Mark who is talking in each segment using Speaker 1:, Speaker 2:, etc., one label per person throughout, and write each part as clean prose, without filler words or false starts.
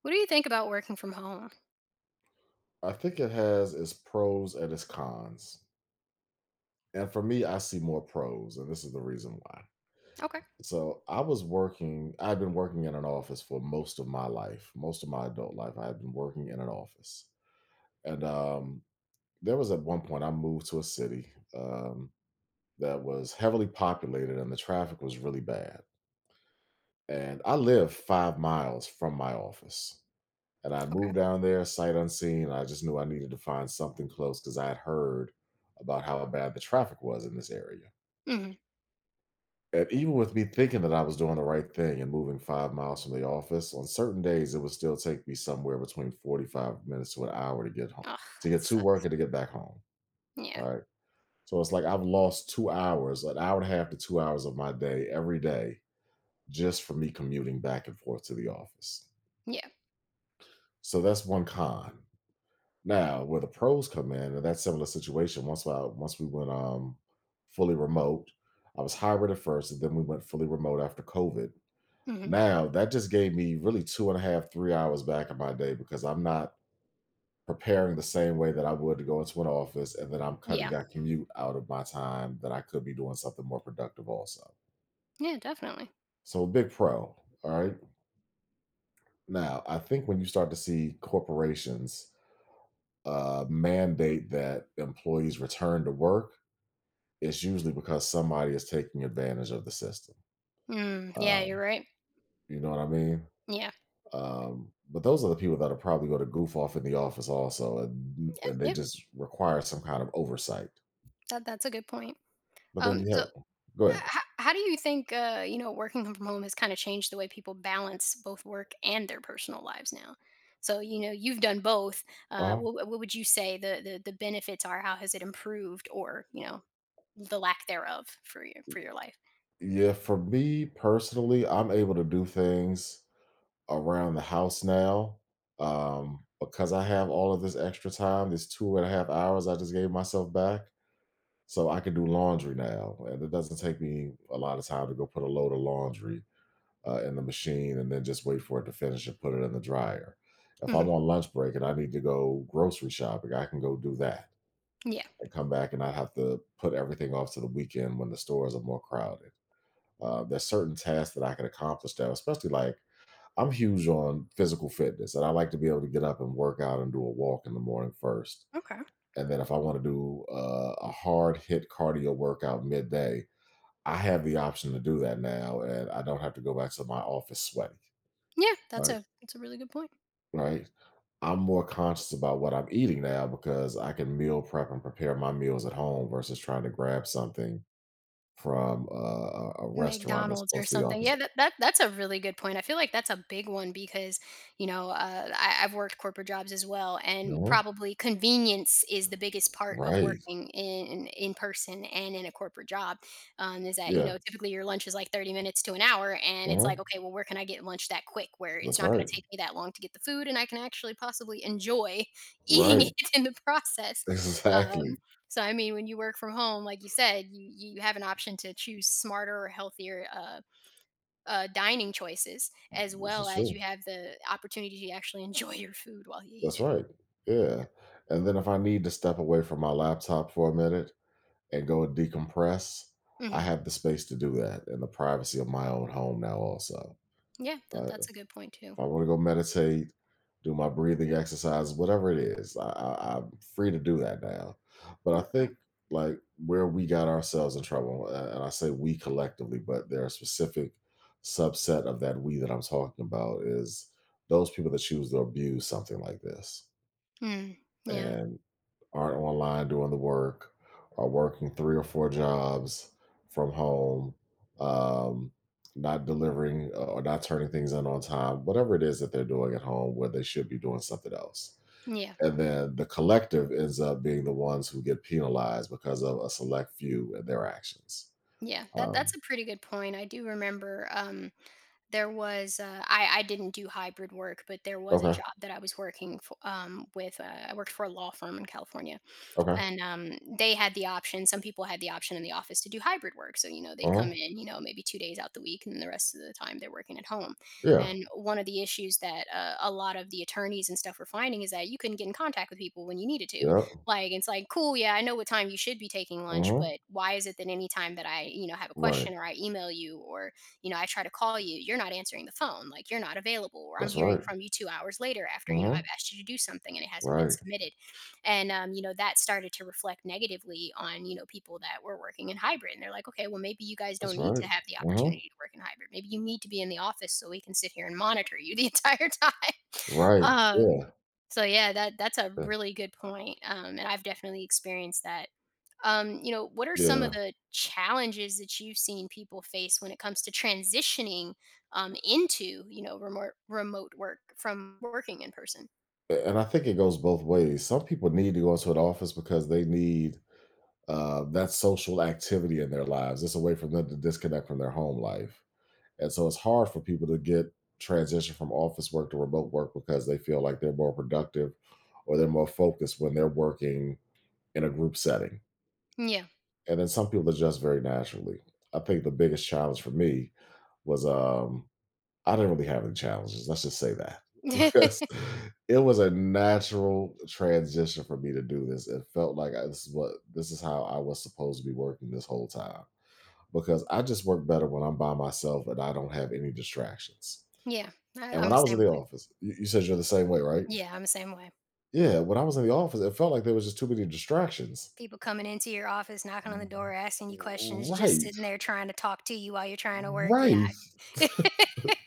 Speaker 1: What do you think about working from home?
Speaker 2: I think it has its pros and its cons. And for me, I see more pros, and this is the reason why.
Speaker 1: Okay.
Speaker 2: So I was working, I've been working in an office for most of my life, most of my adult life. I've been working in an office. And there was at one point I moved to a city that was heavily populated and the traffic was really bad. And I live 5 miles from my office. And I
Speaker 1: Okay.
Speaker 2: moved down there sight unseen. I just knew I needed to find something close because I had heard about how bad the traffic was in this area.
Speaker 1: Mhm.
Speaker 2: And even with me thinking that I was doing the right thing and moving 5 miles from the office, on certain days it would still take me somewhere between 45 minutes to an hour to get home,
Speaker 1: Ugh,
Speaker 2: to
Speaker 1: that
Speaker 2: get to work
Speaker 1: sucks.
Speaker 2: and to get back home.
Speaker 1: Yeah.
Speaker 2: All right. So it's like I've lost 2 hours, an hour and a half to 2 hours of my day every day just for me commuting back and forth to the office.
Speaker 1: Yeah.
Speaker 2: So that's one con. Now, where the pros come in that similar situation, once we went fully remote, I was hybrid at first, and then we went fully remote after COVID.
Speaker 1: Mhm.
Speaker 2: Now that just gave me really two and a half, 3 hours back in my day because I'm not preparing the same way that I would to go into an office, and then I'm cutting
Speaker 1: Yeah.
Speaker 2: that commute out of my time that I could be doing something more productive also.
Speaker 1: Yeah, definitely.
Speaker 2: So a big pro. All right. Now I think when you start to see corporations mandate that employees return to work it's usually because somebody is taking advantage of the system.
Speaker 1: Mm, yeah,
Speaker 2: Um,
Speaker 1: you're right.
Speaker 2: you know what I mean?
Speaker 1: Yeah.
Speaker 2: But those are the people that are probably going to goof off in the office also, and,
Speaker 1: Yeah,
Speaker 2: and they
Speaker 1: yeah.
Speaker 2: just require some kind of oversight.
Speaker 1: That's a good point.
Speaker 2: But then you
Speaker 1: So,
Speaker 2: have, go ahead.
Speaker 1: how do you think working from home has kind of changed the way people balance both work and their personal lives now? So, you've done both. Uh,
Speaker 2: uh
Speaker 1: what, what would you say the benefits are? How has it improved or, the lack thereof for your life?
Speaker 2: Yeah, for me personally, I'm able to do things around the house now because I have all of this extra time, this 2.5 hours I just gave myself back. So I can do laundry now, and it doesn't take me a lot of time to go put a load of laundry in the machine and then just wait for it to finish and put it in the dryer. If I'm
Speaker 1: Mhm.
Speaker 2: on lunch break and I need to go grocery shopping, I can go do that
Speaker 1: Yeah.
Speaker 2: and come back and not have to put everything off to the weekend when the stores are more crowded. There's certain tasks that I can accomplish now, especially like I'm huge on physical fitness and I like to be able to get up and work out and do a walk in the morning first.
Speaker 1: Okay.
Speaker 2: And then if I want to do a hard hit cardio workout midday, I have the option to do that now and I don't have to go back to my office sweaty.
Speaker 1: Yeah, that's
Speaker 2: Right.
Speaker 1: a that's a really good point.
Speaker 2: Right? I'm more conscious about what I'm eating now because I can meal prep and prepare my meals at home versus trying to grab something from a restaurant that's
Speaker 1: McDonald's or
Speaker 2: close to the
Speaker 1: something.
Speaker 2: office.
Speaker 1: Yeah, that's a really good point. I feel like that's a big one because I've worked corporate jobs as well, and
Speaker 2: Mhm.
Speaker 1: probably convenience is the biggest part of
Speaker 2: Right.
Speaker 1: working in person and in a corporate job. Is that
Speaker 2: Yeah.
Speaker 1: typically your lunch is like 30 minutes to an hour, and it's like,
Speaker 2: Mhm.
Speaker 1: okay, well, where can I get lunch that quick where it's
Speaker 2: That's
Speaker 1: not going
Speaker 2: right.
Speaker 1: to take me that long to get the food, and I can actually possibly enjoy eating
Speaker 2: Right.
Speaker 1: it in the process. Um,
Speaker 2: Exactly.
Speaker 1: So I mean, when you work from home, like you said, you have an option to choose smarter or healthier dining choices, as
Speaker 2: This
Speaker 1: well
Speaker 2: is
Speaker 1: as
Speaker 2: true.
Speaker 1: you have the opportunity to actually enjoy your food while you eat
Speaker 2: That's
Speaker 1: it.
Speaker 2: right. Yeah. And then if I need to step away from my laptop for a minute and go decompress, I
Speaker 1: Hmm.
Speaker 2: have the space to do that in the privacy of my own home now also.
Speaker 1: Yeah, that,
Speaker 2: Right. If
Speaker 1: that's a good point too.
Speaker 2: I want to go meditate, do my breathing exercise, whatever it is, I'm free to do that now. But I
Speaker 1: Okay.
Speaker 2: think like where we got ourselves in trouble, and I say we collectively, but there are specific subset of that we that I'm talking about is those people that choose to abuse something like this.
Speaker 1: Mm, yeah,
Speaker 2: And aren't online doing the work, are working three or four jobs from home, um, not delivering or not turning things in on time, whatever it is that they're doing at home where they should be doing something else.
Speaker 1: yeah,
Speaker 2: And then the collective ends up being the ones who get penalized because of a select few and their actions.
Speaker 1: yeah. That
Speaker 2: Um,
Speaker 1: that's a pretty good point. I do remember there was I didn't do hybrid work, but there was a
Speaker 2: okay.
Speaker 1: job that I was working for, with. I worked for a law firm in California,
Speaker 2: Okay.
Speaker 1: and they had the option some people had the option in the office to do hybrid work, so
Speaker 2: Uh
Speaker 1: they'd come
Speaker 2: huh.
Speaker 1: in, maybe 2 days out the week, and then the rest of the time they're working at home.
Speaker 2: Yeah.
Speaker 1: And one of the issues that a lot of the attorneys and stuff were finding is that you couldn't get in contact with people when you needed to.
Speaker 2: Yep.
Speaker 1: Like, it's like, cool, yeah, I know what time you should be taking
Speaker 2: Uh
Speaker 1: lunch,
Speaker 2: huh.
Speaker 1: but why is it that any time that I have a
Speaker 2: Right.
Speaker 1: question, or I email you, or I try to call you, you're not answering the phone, like you're not available, or I'm
Speaker 2: That's
Speaker 1: hearing
Speaker 2: right.
Speaker 1: from you 2 hours later after
Speaker 2: Uh
Speaker 1: I've
Speaker 2: huh.
Speaker 1: asked you to do something and it hasn't been
Speaker 2: Right.
Speaker 1: submitted. And that started to reflect negatively on people that were working in hybrid, and they're like, okay, well, maybe you guys
Speaker 2: That's
Speaker 1: don't need
Speaker 2: right.
Speaker 1: to have the
Speaker 2: Uh huh.
Speaker 1: opportunity to work in hybrid. Maybe you need to be in the office so we can sit here and monitor you the entire time.
Speaker 2: Right.
Speaker 1: um,
Speaker 2: Yeah.
Speaker 1: so yeah that's a
Speaker 2: Yeah.
Speaker 1: really good point, and I've definitely experienced that. What are some of
Speaker 2: Yeah.
Speaker 1: the challenges that you've seen people face when it comes to transitioning into remote work from working in person?
Speaker 2: And I think it goes both ways. Some people need to go into an office because they need that social activity in their lives. It's a way for them to disconnect from their home life. And so it's hard for people to get transition from office work to remote work because they feel like they're more productive or they're more focused when they're working in a group setting. And then some people adjust very naturally. I think the biggest challenge for me was I didn't really have any challenges, let's just say that.
Speaker 1: Yeah.
Speaker 2: Because it was a natural transition for me to do this. It felt like I this is what this is how I was supposed to be working this whole time, because I just work better when I'm by myself and I don't have any distractions.
Speaker 1: Yeah, I,
Speaker 2: And
Speaker 1: I'm
Speaker 2: when I
Speaker 1: the
Speaker 2: was in
Speaker 1: same
Speaker 2: the
Speaker 1: way.
Speaker 2: office you said you're the same way, right?
Speaker 1: Yeah, I'm the same way.
Speaker 2: Yeah, when I was in the office, it felt like there was just too many distractions.
Speaker 1: People coming into your office, knocking on the door,
Speaker 2: R
Speaker 1: asking you questions, just
Speaker 2: right.
Speaker 1: sitting there trying to talk to you while you're trying to work. Yeah.
Speaker 2: Right.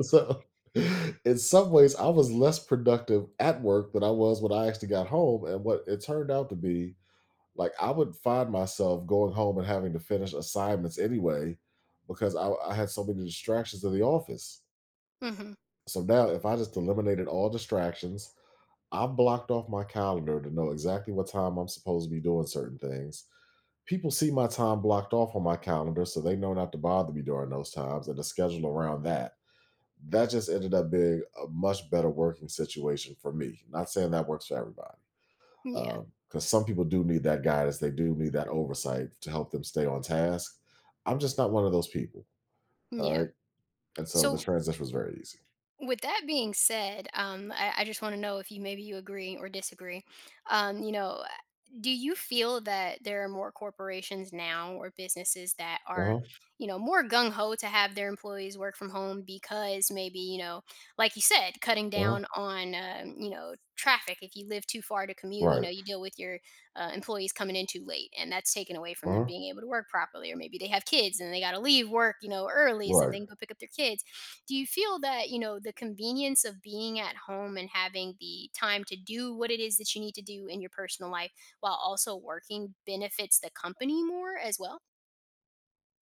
Speaker 2: So, in some ways, I was less productive at work than I was when I actually got home. And what it turned out to be, like, I would find myself going home and having to finish assignments anyway because I had so many distractions in the office.
Speaker 1: Hmm.
Speaker 2: So now, if I just eliminated all distractions, I blocked off my calendar to know exactly what time I'm supposed to be doing certain things. People see my time blocked off on my calendar, so they know not to bother me during those times and to schedule around that. That just ended up being a much better working situation for me. Not saying that works for everybody,
Speaker 1: Yeah.
Speaker 2: because some people do need that guidance. They do need that oversight to help them stay on task. I'm just not one of those people. All
Speaker 1: Yeah.
Speaker 2: right, and so the
Speaker 1: So,
Speaker 2: transition was very easy.
Speaker 1: with that being said, I just want to know if you maybe you agree or disagree. Um, you know, uh, do you feel that there are more corporations now or businesses that
Speaker 2: Uh
Speaker 1: are,
Speaker 2: huh.
Speaker 1: more gung ho to have their employees work from home because maybe like you said, cutting
Speaker 2: Uh huh.
Speaker 1: down on traffic. If you live too far to commute,
Speaker 2: Right.
Speaker 1: you deal with your employees coming in too late, and that's taken away
Speaker 2: Uh
Speaker 1: from them
Speaker 2: huh.
Speaker 1: being able to work properly. Or maybe they have kids and they got to leave work, early so
Speaker 2: Right.
Speaker 1: they can go pick up their kids. Do you feel that the convenience of being at home and having the time to do what it is that you need to do in your personal life while also working benefits the company more as well?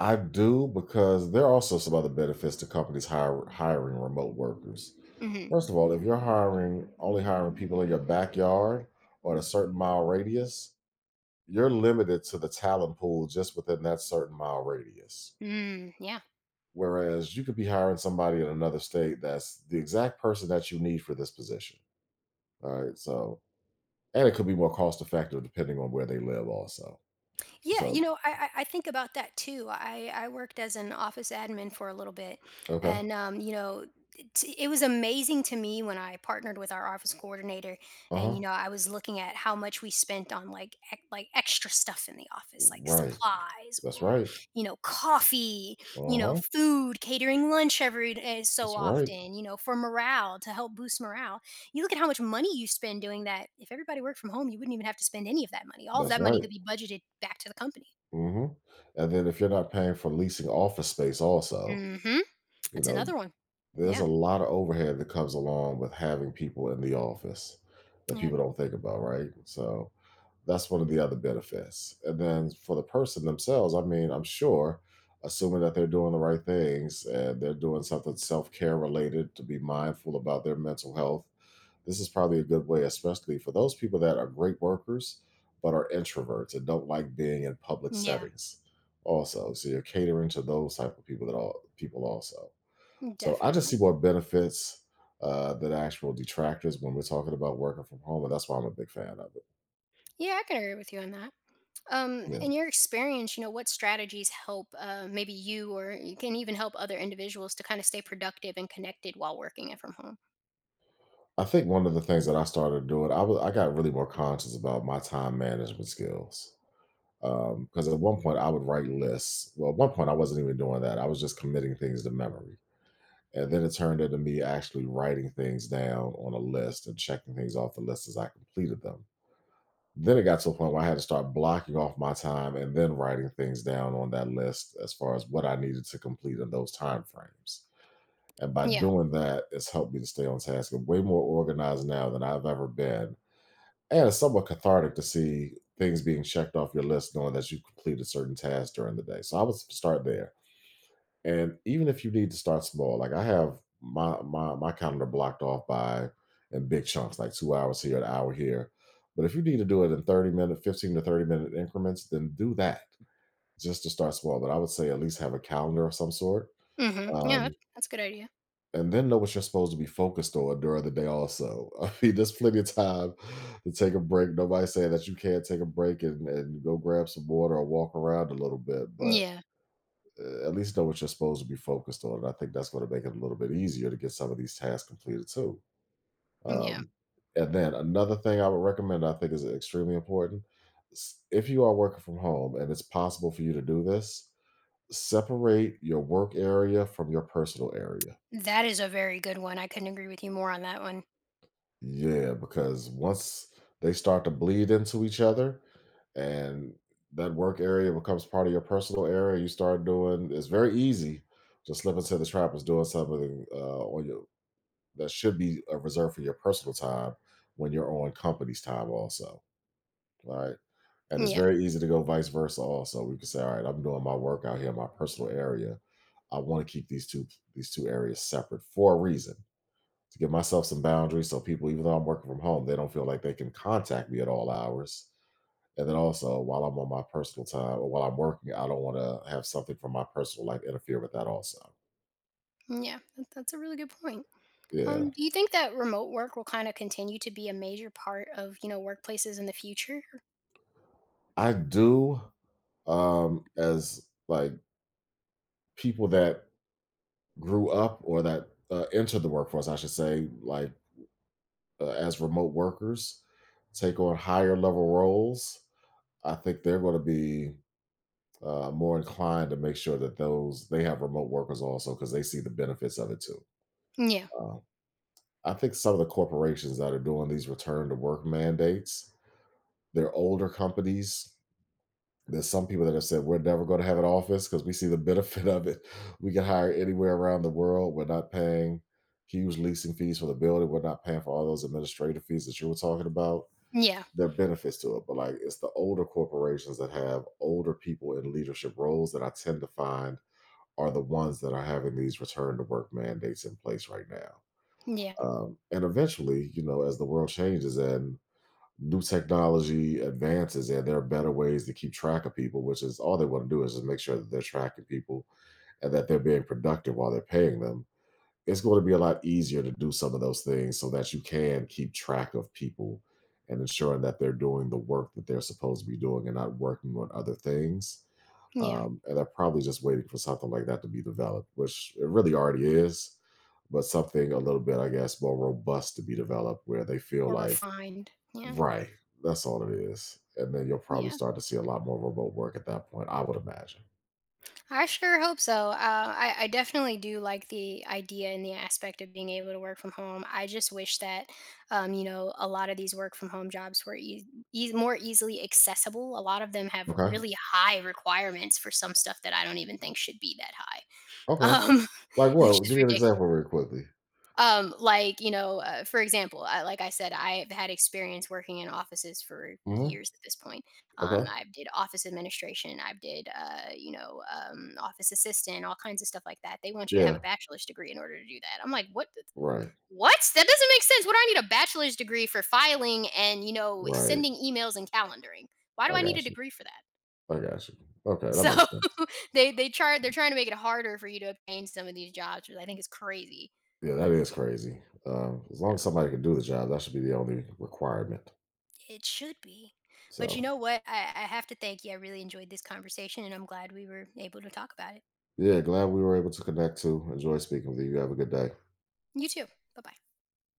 Speaker 2: I do because there are also some other benefits to companies hiring remote workers.
Speaker 1: Mm-hmm.
Speaker 2: First of all, if you're hiring only hiring people in your backyard or in a certain mile radius, you're limited to the talent pool just within that certain mile radius.
Speaker 1: Mm, yeah.
Speaker 2: Whereas you could be hiring somebody in another state that's the exact person that you need for this position. All right. So, and it could be more cost effective depending on where they live, also.
Speaker 1: Yeah,
Speaker 2: So,
Speaker 1: I think about that too. I worked as an office admin for a little bit,
Speaker 2: okay.
Speaker 1: and it was amazing to me when I partnered with our office coordinator,
Speaker 2: Uh
Speaker 1: and
Speaker 2: huh.
Speaker 1: I was looking at how much we spent on like like extra stuff in the office, like
Speaker 2: Right.
Speaker 1: supplies,
Speaker 2: That's
Speaker 1: or
Speaker 2: right.
Speaker 1: coffee,
Speaker 2: Uh huh.
Speaker 1: food, catering lunch every day so
Speaker 2: That's right.
Speaker 1: often, for morale, to help boost morale. You look at how much money you spend doing that. If everybody worked from home, you wouldn't even have to spend any of that money. All of
Speaker 2: That's
Speaker 1: that money
Speaker 2: right.
Speaker 1: could be budgeted back to the company.
Speaker 2: Hmm. And then if you're not paying for leasing office space, also,
Speaker 1: Mhm.
Speaker 2: you
Speaker 1: That's
Speaker 2: know,
Speaker 1: another one.
Speaker 2: There's a
Speaker 1: Yeah.
Speaker 2: lot of overhead that comes along with having people in the office that
Speaker 1: Yeah.
Speaker 2: people don't think about, right? So that's one of the other benefits. And then for the person themselves, I mean, I'm sure, assuming that they're doing the right things and they're doing something self care related to be mindful about their mental health, this is probably a good way, especially for those people that are great workers but are introverts and don't like being in public
Speaker 1: Yeah.
Speaker 2: settings. Also, so you're catering to those type of people that all people also. So I just see
Speaker 1: Definitely.
Speaker 2: what benefits the actual detractors when we're talking about working from home, and that's why I'm a big fan of it.
Speaker 1: Yeah, I can agree with you on that.
Speaker 2: Yeah,
Speaker 1: In your experience, what strategies help maybe you, or you can even help other individuals to kind of stay productive and connected while working it from home?
Speaker 2: I think one of the things that I started doing, I got really more conscious about my time management skills. Because at one point I would write lists. Well, at one point I wasn't even doing that. I was just committing things to memory, and then it turned into me actually writing things down on a list and checking things off the list as I completed them. Then it got to a point where I had to start blocking off my time and then writing things down on that list as far as what I needed to complete in those time frames. And by
Speaker 1: Yeah.
Speaker 2: doing that, it's helped me to stay on task. I'm way more organized now than I've ever been. And it's somewhat cathartic to see things being checked off your list, knowing that you've completed certain tasks during the day. So I would start there. And even if you need to start small, like I have my calendar blocked off by in big chunks, like 2 hours here, an hour here. But if you need to do it in 30 minute, 15 to 30 minute increments, then do that just to start small. But I would say at least have a calendar of some sort.
Speaker 1: Hmm. Yeah,
Speaker 2: Um,
Speaker 1: that's a good idea.
Speaker 2: and then know what you're supposed to be focused on during the day also. I mean, there's plenty of time to take a break. Nobody's saying that you can't take a break and go grab some water or walk around a little bit, but
Speaker 1: Yeah.
Speaker 2: at least know what you're supposed to be focused on. And I think that's going to make it a little bit easier to get some of these tasks completed too.
Speaker 1: Yeah.
Speaker 2: Um, and then another thing I would recommend, I think is extremely important. If you are working from home and it's possible for you to do this, separate your work area from your personal area.
Speaker 1: That is a very good one. I couldn't agree with you more on that one.
Speaker 2: Yeah, because once they start to bleed into each other, and that work area becomes part of your personal area. You start doing it's very easy to slip into the trap of doing something on your that should be reserved for your personal time when you're on company's time also, right? And it's
Speaker 1: Yeah.
Speaker 2: very easy to go vice versa also. We can say, all right, I'm doing my work out here in my personal area. I want to keep these two areas separate for a reason to give myself some boundaries so people, even though I'm working from home, they don't feel like they can contact me at all hours. And then also while I'm on my personal time or while I'm working, I don't want to have something from my personal life interfere with that also.
Speaker 1: Yeah. That's a really good point.
Speaker 2: Yeah.
Speaker 1: Do you think that remote work will kind of continue to be a major part of, workplaces in the future?
Speaker 2: I do as like people that grew up or that entered the workforce, I should say, like as remote workers, take on higher level roles, I think they're going to be more inclined to make sure that those they have remote workers also because they see the benefits of it too.
Speaker 1: Yeah.
Speaker 2: Uh, I think some of the corporations that are doing these return to work mandates, they're older companies. There's some people that have said we're never going to have an office because we see the benefit of it. We can hire anywhere around the world. We're not paying huge leasing fees for the building. We're not paying for all those administrative fees that you were talking about.
Speaker 1: Yeah.
Speaker 2: There are benefits to it, but like it's the older corporations that have older people in leadership roles that I tend to find are the ones that are having these return to work mandates in place right now.
Speaker 1: Yeah.
Speaker 2: And eventually, you know, as the world changes and new technology advances and there are better ways to keep track of people, which is all they want to do is just make sure that they're tracking people and that they're being productive while they're paying them, it's going to be a lot easier to do some of those things so that you can keep track of people and ensuring that they're doing the work that they're supposed to be doing and not working on other things,
Speaker 1: Yeah.
Speaker 2: and they're probably just waiting for something like that to be developed, which it really already is, but something a little bit, I guess, more robust to be developed where they feel
Speaker 1: Or
Speaker 2: like.
Speaker 1: refined. Yeah.
Speaker 2: Right. That's all it is. And then you'll probably
Speaker 1: Yeah.
Speaker 2: start to see a lot more remote work at that point, I would imagine.
Speaker 1: I sure hope so. I definitely do like the idea and the aspect of being able to work from home. I just wish that, a lot of these work from home jobs were eas eas more easily accessible. A lot of them have
Speaker 2: Okay.
Speaker 1: really high requirements for some stuff that I don't even think should be that high,
Speaker 2: Okay.
Speaker 1: um,
Speaker 2: Like
Speaker 1: which
Speaker 2: what? Give
Speaker 1: is
Speaker 2: me an
Speaker 1: ridiculous.
Speaker 2: example real quickly.
Speaker 1: Like, for example, like I said, I've had experience working in offices for
Speaker 2: Hmm.
Speaker 1: years at this point.
Speaker 2: Okay.
Speaker 1: I did office administration, I did, office assistant, all kinds of stuff like that. They want you to have a
Speaker 2: Yeah.
Speaker 1: bachelor's degree in order to do that. I'm like, what?
Speaker 2: Right.
Speaker 1: What? That doesn't make sense. What do I need a bachelor's degree for? Filing and,
Speaker 2: Right.
Speaker 1: sending emails and calendaring? Why do
Speaker 2: I
Speaker 1: I need a
Speaker 2: got you.
Speaker 1: degree for that?
Speaker 2: I got you. Okay. That
Speaker 1: So
Speaker 2: makes sense.
Speaker 1: they're trying to make it harder for you to obtain some of these jobs, which I think is crazy.
Speaker 2: Yeah, that is crazy. As long as somebody can do the job, that should be the only requirement.
Speaker 1: It should be. But you
Speaker 2: So,
Speaker 1: know what? I have to thank you. I really enjoyed this conversation and I'm glad we were able to talk about it.
Speaker 2: yeah, glad we were able to connect too. Enjoy speaking with you. You have a good day.
Speaker 1: You too. Bye bye.